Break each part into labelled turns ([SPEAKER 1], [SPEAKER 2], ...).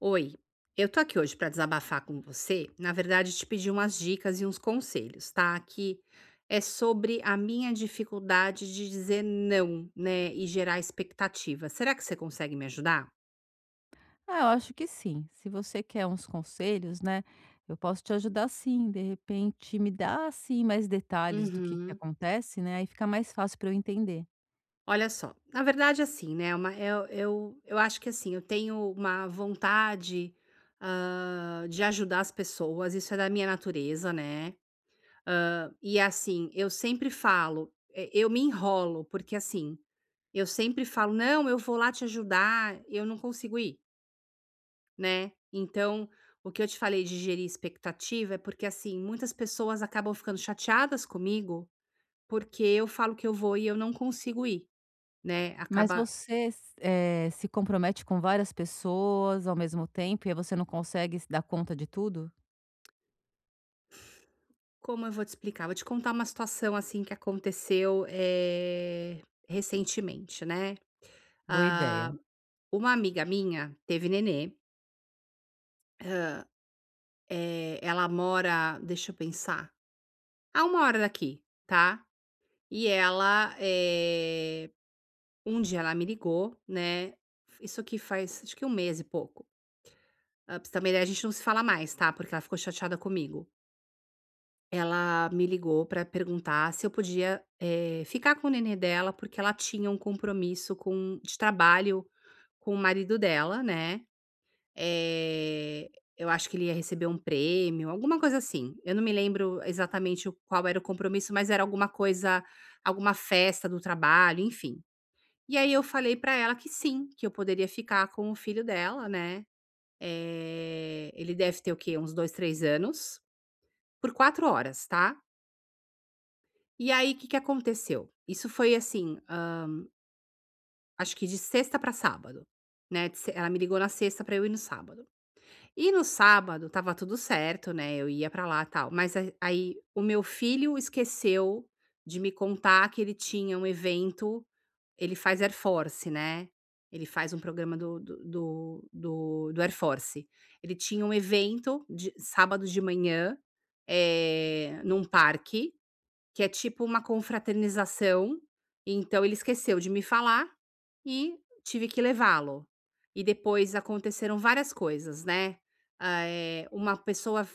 [SPEAKER 1] Oi, eu tô aqui hoje pra desabafar com você. Na verdade, te pedir umas dicas e uns conselhos, tá? Que é sobre a minha dificuldade de dizer não, né? E gerar expectativa. Será que você consegue me ajudar?
[SPEAKER 2] Ah, eu acho que sim. Se você quer uns conselhos, né, eu posso te ajudar sim. De repente, me dá assim mais detalhes do que
[SPEAKER 1] Uhum.
[SPEAKER 2] acontece, né? Aí fica mais fácil para eu entender.
[SPEAKER 1] Olha só, na verdade, assim, né? Eu acho que assim, eu tenho uma vontade de ajudar as pessoas, isso é da minha natureza, né? E assim, eu sempre falo, eu me enrolo, porque assim, eu sempre falo: "Não, eu vou lá te ajudar", eu não consigo ir, né. Então, o que eu te falei de gerir expectativa é porque, assim, muitas pessoas acabam ficando chateadas comigo, porque eu falo que eu vou e eu não consigo ir, né,
[SPEAKER 2] Mas
[SPEAKER 1] acaba
[SPEAKER 2] você se compromete com várias pessoas ao mesmo tempo e aí você não consegue se dar conta de tudo?
[SPEAKER 1] como eu vou te explicar? Vou te contar uma situação, assim, que aconteceu, recentemente, né.
[SPEAKER 2] Boa
[SPEAKER 1] Ah,
[SPEAKER 2] ideia.
[SPEAKER 1] uma amiga minha teve nenê. Ela mora, deixa eu pensar, a uma hora daqui, tá. E ela, eh, Um dia ela me ligou, né, isso aqui faz acho que um mês e pouco, pra você ter uma ideia, a gente não se fala mais, tá, porque ela ficou chateada comigo. Ela me ligou pra perguntar se eu podia, ficar com o nenê dela, porque ela tinha um compromisso com de trabalho com o marido dela, né. Eh, eu acho que ele ia receber um prêmio, alguma coisa assim. Eu não me lembro exatamente o qual era o compromisso, mas era alguma coisa, alguma festa do trabalho, enfim. E aí eu falei pra ela que sim, que eu poderia ficar com o filho dela, né. Ele deve ter o quê? Uns 2, 3 anos, por 4 horas, tá. E aí o que que aconteceu? Isso foi assim, acho que de sexta pra sábado, né, de se ela me ligou na sexta pra eu ir no sábado. E no sábado estava tudo certo, né, eu ia pra lá, tal, mas a aí o meu filho esqueceu de me contar que ele tinha um evento. Ele faz Air Force, né, ele faz um programa do Air Force. Ele tinha um evento de sábado de manhã, num parque, que é tipo uma confraternização, então ele esqueceu de me falar e tive que levá-lo. E depois aconteceram várias coisas, né. Uma pessoa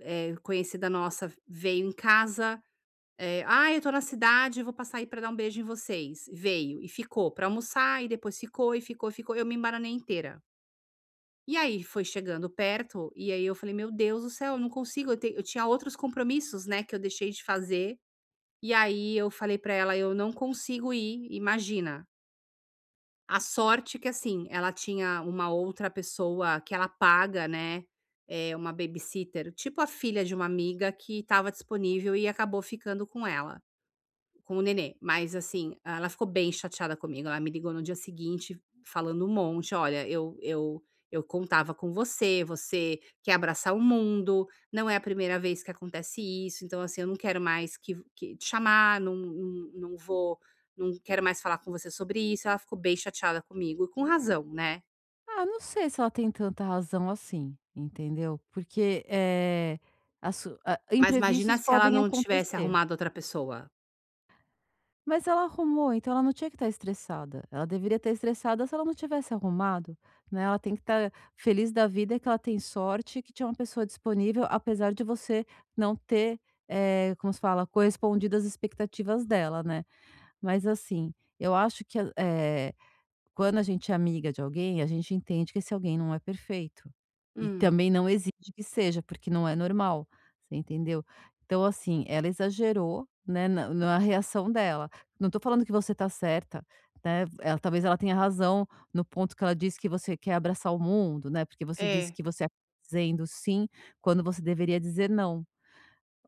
[SPEAKER 1] conhecida nossa veio em casa, "Ai, eu tô na cidade, vou passar aí pra dar um beijo em vocês". Veio e ficou pra almoçar, e depois ficou, e ficou, e ficou, eu me embananei inteira. E aí foi chegando perto, e aí eu falei: "Meu Deus do céu, eu não consigo, eu tinha outros compromissos, né, que eu deixei de fazer". E aí eu falei pra ela: "Eu não consigo ir", imagina. A sorte que, assim, ela tinha uma outra pessoa que ela paga, né. É uma babysitter, tipo a filha de uma amiga, que estava disponível e acabou ficando com ela. Com o nenê. Mas, assim, ela ficou bem chateada comigo, ela me ligou no dia seguinte falando um monte: "Olha, eu eu contava com você, você quer abraçar o mundo, não é a primeira vez que acontece isso, então assim, eu não quero mais que te chamar, não, não vou, não quero mais falar com você sobre isso". Ela ficou bem chateada comigo e com razão, né.
[SPEAKER 2] Ah, não sei se ela tem tanta razão assim, entendeu? Porque as
[SPEAKER 1] Mas imagina
[SPEAKER 2] imprevistos
[SPEAKER 1] se ela
[SPEAKER 2] podem
[SPEAKER 1] não tivesse
[SPEAKER 2] acontecer.
[SPEAKER 1] arrumado outra pessoa.
[SPEAKER 2] Mas ela arrumou, então ela não tinha que estar estressada. Ela deveria estar estressada se ela não tivesse arrumado, né. Ela tem que estar feliz da vida que ela tem sorte que tinha uma pessoa disponível, apesar de você não ter, como se fala, correspondido às expectativas dela, né. Mas assim, eu acho que quando a gente é amiga de alguém, a gente entende que esse alguém não é perfeito. E
[SPEAKER 1] Hum.
[SPEAKER 2] também não exige que seja, porque não é normal, você entendeu? Então, assim, ela exagerou, né, na reação dela. Não tô falando que você tá certa, né, ela talvez ela tenha razão no ponto que ela disse que você quer abraçar o mundo, né, porque você disse
[SPEAKER 1] É.
[SPEAKER 2] que você é dizendo sim, quando você deveria dizer não.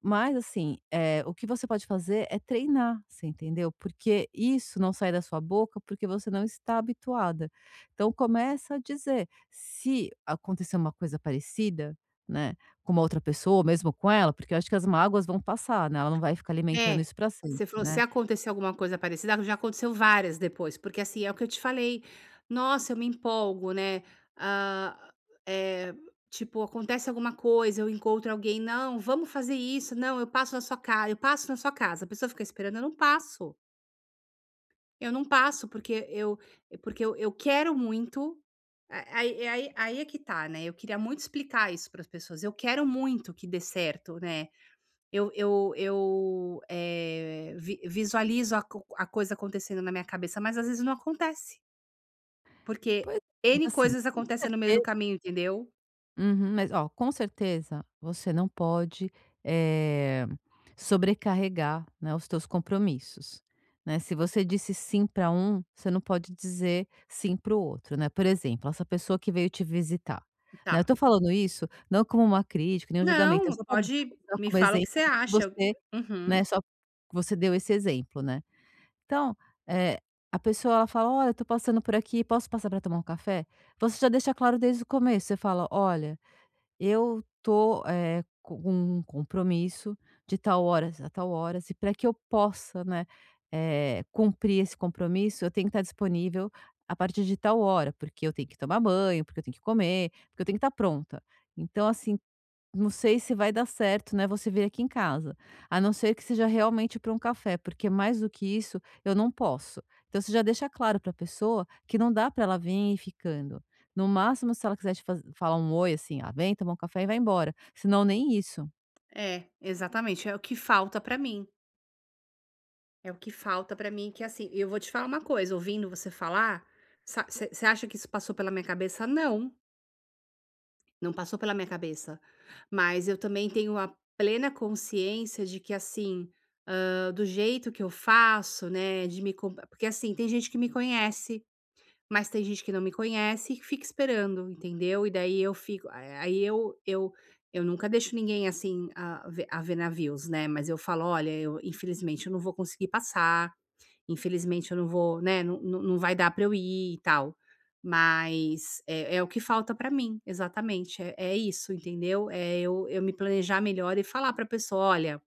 [SPEAKER 2] Mas assim, é o que você pode fazer é treinar, você entendeu? Porque isso não sai da sua boca, porque você não está habituada. Então começa a dizer, se acontecer uma coisa parecida, né, com uma outra pessoa, ou mesmo com ela, porque eu acho que as mágoas vão passar, né, ela não vai ficar alimentando
[SPEAKER 1] É,
[SPEAKER 2] isso para sempre,
[SPEAKER 1] você falou: "Se
[SPEAKER 2] né.
[SPEAKER 1] acontecer alguma coisa parecida", já aconteceu várias depois, porque, assim, é o que eu te falei, nossa, eu me empolgo, né. ah, eh, tipo, acontece alguma coisa, eu encontro alguém: "Não, vamos fazer isso, não, eu passo na sua casa, eu passo na sua casa", a pessoa fica esperando, eu não passo, porque eu quero muito, a aí aí aí é que tá, né, eu queria muito explicar isso para as pessoas, eu quero muito que dê certo, né. Eu, eh, vi visualizo a coisa acontecendo na minha cabeça, mas às vezes não acontece, porque
[SPEAKER 2] Pois é, mas
[SPEAKER 1] N
[SPEAKER 2] assim,
[SPEAKER 1] coisas
[SPEAKER 2] com
[SPEAKER 1] acontecem no meio do
[SPEAKER 2] certeza.
[SPEAKER 1] caminho, entendeu?
[SPEAKER 2] Uhum, mas ó, com certeza você não pode, eh, sobrecarregar, né, os teus compromissos, né. Se você disse sim para um, você não pode dizer sim para o outro, né. Por exemplo, essa pessoa que veio te visitar, né, eu
[SPEAKER 1] Tá.
[SPEAKER 2] tô falando isso não como uma crítica, nem um julgamento, é
[SPEAKER 1] Não,
[SPEAKER 2] só para
[SPEAKER 1] pode
[SPEAKER 2] usar
[SPEAKER 1] me
[SPEAKER 2] como
[SPEAKER 1] fala o que
[SPEAKER 2] exemplo
[SPEAKER 1] você
[SPEAKER 2] do que
[SPEAKER 1] acha.
[SPEAKER 2] você,
[SPEAKER 1] Uhum.
[SPEAKER 2] né, só que você deu esse exemplo, né. Então, eh, a pessoa ela fala: "Olha, eu tô passando por aqui, posso passar para tomar um café?". Você já deixa claro desde o começo, você fala: "Olha, eu tô, com um compromisso de tal horas a tal horas e para que eu possa, né, cumprir esse compromisso, eu tenho que estar disponível a partir de tal hora, porque eu tenho que tomar banho, porque eu tenho que comer, porque eu tenho que estar pronta. Então assim, não sei se vai dar certo, né, você vir aqui em casa. A não ser que seja realmente para um café, porque mais do que isso, eu não posso. Então você já deixa claro para a pessoa que não dá para ela vir e ir ficando. No máximo, se ela quiser te faz falar um oi, assim: "Ah, vem tomar um café" e vai embora, senão nem isso".
[SPEAKER 1] É, exatamente, é o que falta pra mim, é o que falta pra mim que, assim, eu vou te falar uma coisa, ouvindo você falar, você acha que isso passou pela minha cabeça? Não, não passou pela minha cabeça, mas eu também tenho a plena consciência de que, assim, do jeito que eu faço, né, de me com porque assim, tem gente que me conhece, mas tem gente que não me conhece e que fica esperando, entendeu. E daí eu fico, a aí eu nunca deixo ninguém, assim, a ver navios, né, mas eu falo: "Olha, eu infelizmente eu não vou conseguir passar, infelizmente eu não vou, né, não, não vai dar para eu ir e tal". Mas é o que falta para mim, exatamente, é isso, entendeu. Eu me planejar melhor e falar pra pessoa: "Olha,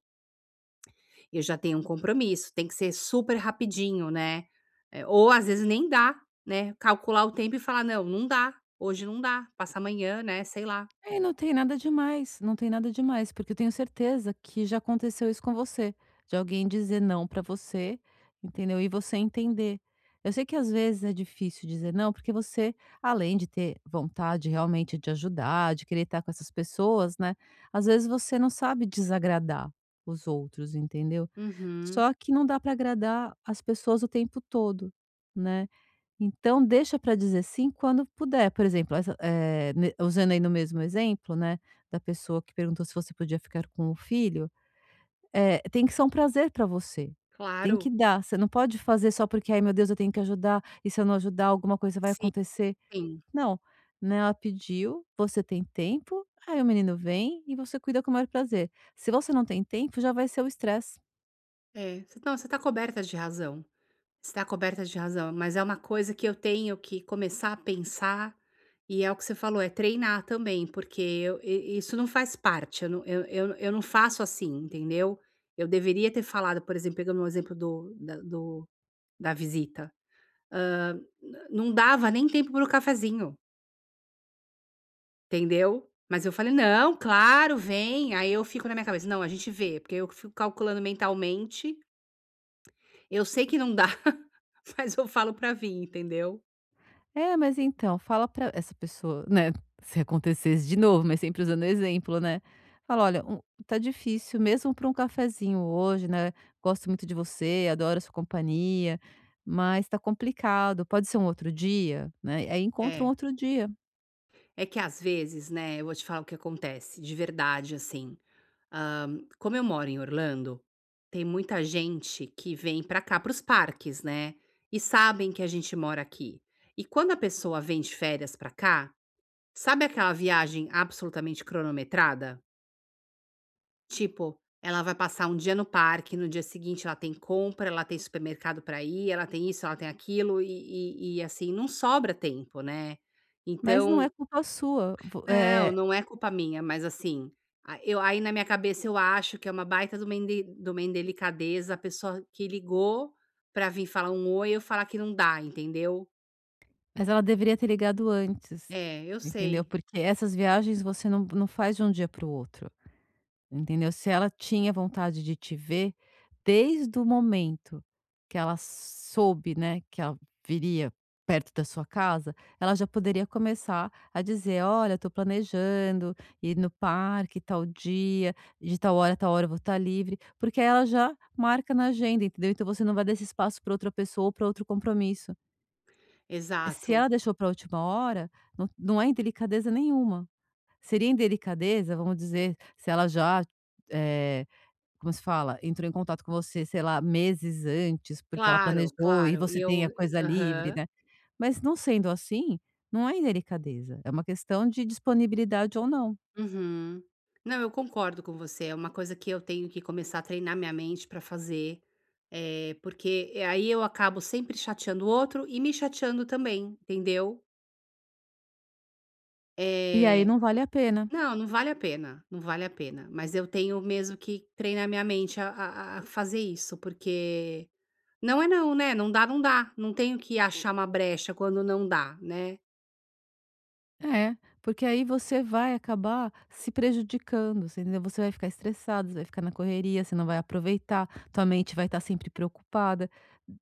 [SPEAKER 1] eu já tenho um compromisso, tem que ser super rapidinho, né. Ou às vezes nem dá, né, calcular o tempo e falar: 'Não, não dá, hoje não dá, passa amanhã'", né, sei lá.
[SPEAKER 2] É, e não tem nada demais, não tem nada demais, porque eu tenho certeza que já aconteceu isso com você, de alguém dizer não pra você, entendeu? E você entender. Eu sei que às vezes é difícil dizer não, porque você, além de ter vontade realmente de ajudar, de querer estar com essas pessoas, né? Às vezes você não sabe desagradar os outros, entendeu?
[SPEAKER 1] Uhum.
[SPEAKER 2] Só que não dá pra agradar as pessoas o tempo todo, né? Então deixa para dizer sim quando puder, por exemplo, essa eh, ne usando aí no mesmo exemplo, né, da pessoa que perguntou se você podia ficar com o filho, tem que ser um prazer para você, tem que
[SPEAKER 1] Claro.
[SPEAKER 2] dar, você não pode fazer só porque: "Ai meu Deus, eu tenho que ajudar, e se eu não ajudar alguma coisa vai
[SPEAKER 1] Sim,
[SPEAKER 2] acontecer".
[SPEAKER 1] sim.
[SPEAKER 2] Não, né, ela pediu, você tem tempo, aí o menino vem e você cuida com o maior prazer. Se você não tem tempo, já vai ser o estresse.
[SPEAKER 1] É, você não, você tá coberta de razão, você está coberta de razão, mas é uma coisa que eu tenho que começar a pensar, e é o que você falou, é treinar também, porque eu i isso não faz parte, eu não faço assim, entendeu. Eu deveria ter falado, por exemplo, pegando o exemplo do da do da visita. N Não dava nem tempo para o cafezinho, entendeu. Mas eu falei: "Não, claro, vem". Aí eu fico na minha cabeça: "Não, a gente vê", porque eu fico calculando mentalmente. Eu sei que não dá, mas eu falo pra vir, entendeu.
[SPEAKER 2] É, mas então, fala pra essa pessoa, né, se acontecesse de novo, mas sempre usando exemplo, né. Fala: "Olha, um tá difícil mesmo para um cafezinho hoje, né, gosto muito de você, adoro a sua companhia, mas tá complicado, pode ser um outro dia?", né, aí encontra um
[SPEAKER 1] É.
[SPEAKER 2] outro dia,
[SPEAKER 1] É que às vezes, né, eu vou te falar o que acontece, de verdade, assim, como eu moro em Orlando, tem muita gente que vem pra cá, para os parques, né, e sabem que a gente mora aqui. E quando a pessoa vem de férias pra cá, sabe aquela viagem absolutamente cronometrada? Tipo, ela vai passar um dia no parque, no dia seguinte ela tem compra, ela tem supermercado para ir, ela tem isso, ela tem aquilo, e assim, não sobra tempo, né.
[SPEAKER 2] mas não
[SPEAKER 1] Então
[SPEAKER 2] é culpa sua,
[SPEAKER 1] não, não é culpa minha, mas assim, a eu aí na minha cabeça eu acho que é uma baita de uma indelicadeza, a pessoa que ligou para vir falar um "oi", eu falar que não dá, entendeu.
[SPEAKER 2] mas ela deveria ter ligado antes,
[SPEAKER 1] É, eu
[SPEAKER 2] entendeu,
[SPEAKER 1] sei.
[SPEAKER 2] porque essas viagens você não faz de um dia para o outro. Entendeu? Se ela tinha vontade de te ver, desde o momento que ela soube, né, que ela viria perto da sua casa, ela já poderia começar a dizer: "Olha, estou planejando ir no parque tal dia, de tal hora a tal hora eu vou estar livre", porque ela já marca na agenda, entendeu? Então você não vai dar esse espaço para outra pessoa ou para outro compromisso. Se ela
[SPEAKER 1] Exato.
[SPEAKER 2] deixou para a última hora, não, não é indelicadeza nenhuma. Seria indelicadeza, vamos dizer, se ela já. eh, Como se fala? Entrou em contato com você, sei lá, meses antes, porque ela
[SPEAKER 1] Claro,
[SPEAKER 2] planejou e
[SPEAKER 1] claro. E
[SPEAKER 2] você
[SPEAKER 1] eu
[SPEAKER 2] tem a coisa livre,
[SPEAKER 1] Aham.
[SPEAKER 2] né. Mas não sendo assim, não é delicadeza, é uma questão de disponibilidade ou não,
[SPEAKER 1] Uhum. Não, eu concordo com você. É uma coisa que eu tenho que começar a treinar minha mente para fazer, é porque, aí eu acabo sempre chateando o outro e me chateando também, entendeu?
[SPEAKER 2] e aí
[SPEAKER 1] É.
[SPEAKER 2] não vale a pena.
[SPEAKER 1] Não, não vale a pena, não vale a pena. Mas eu tenho mesmo que treinar minha mente a fazer isso, porque não é não, né? Não dá, não dá. Não tenho que achar uma brecha quando não dá, né?
[SPEAKER 2] É, porque aí você vai acabar se prejudicando, você entendeu? Você vai ficar estressado, você vai ficar na correria, você não vai aproveitar, tua mente vai estar sempre preocupada,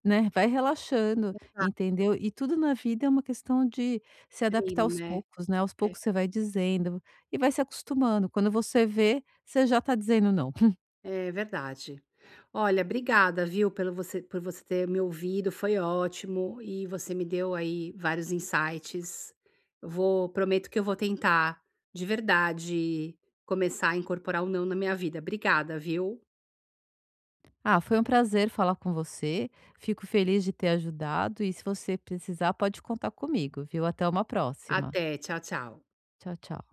[SPEAKER 2] né? Vai relaxando,
[SPEAKER 1] Não dá,
[SPEAKER 2] entendeu? E tudo na vida é uma questão de se adaptar
[SPEAKER 1] treino,
[SPEAKER 2] aos
[SPEAKER 1] né?
[SPEAKER 2] poucos, né? Aos
[SPEAKER 1] É.
[SPEAKER 2] poucos você vai dizendo e vai se acostumando. Quando você vê, você já está dizendo não.
[SPEAKER 1] É verdade. Olha, obrigada, viu, pelo você por você ter me ouvido, foi ótimo e você me deu aí vários insights. Eu vou prometo que eu vou tentar, de verdade, começar a incorporar o não na minha vida. Obrigada, viu?
[SPEAKER 2] Ah, foi um prazer falar com você. Fico feliz de ter ajudado e se você precisar, pode contar comigo, viu? Até uma próxima.
[SPEAKER 1] Até, tchau, tchau.
[SPEAKER 2] Tchau, tchau.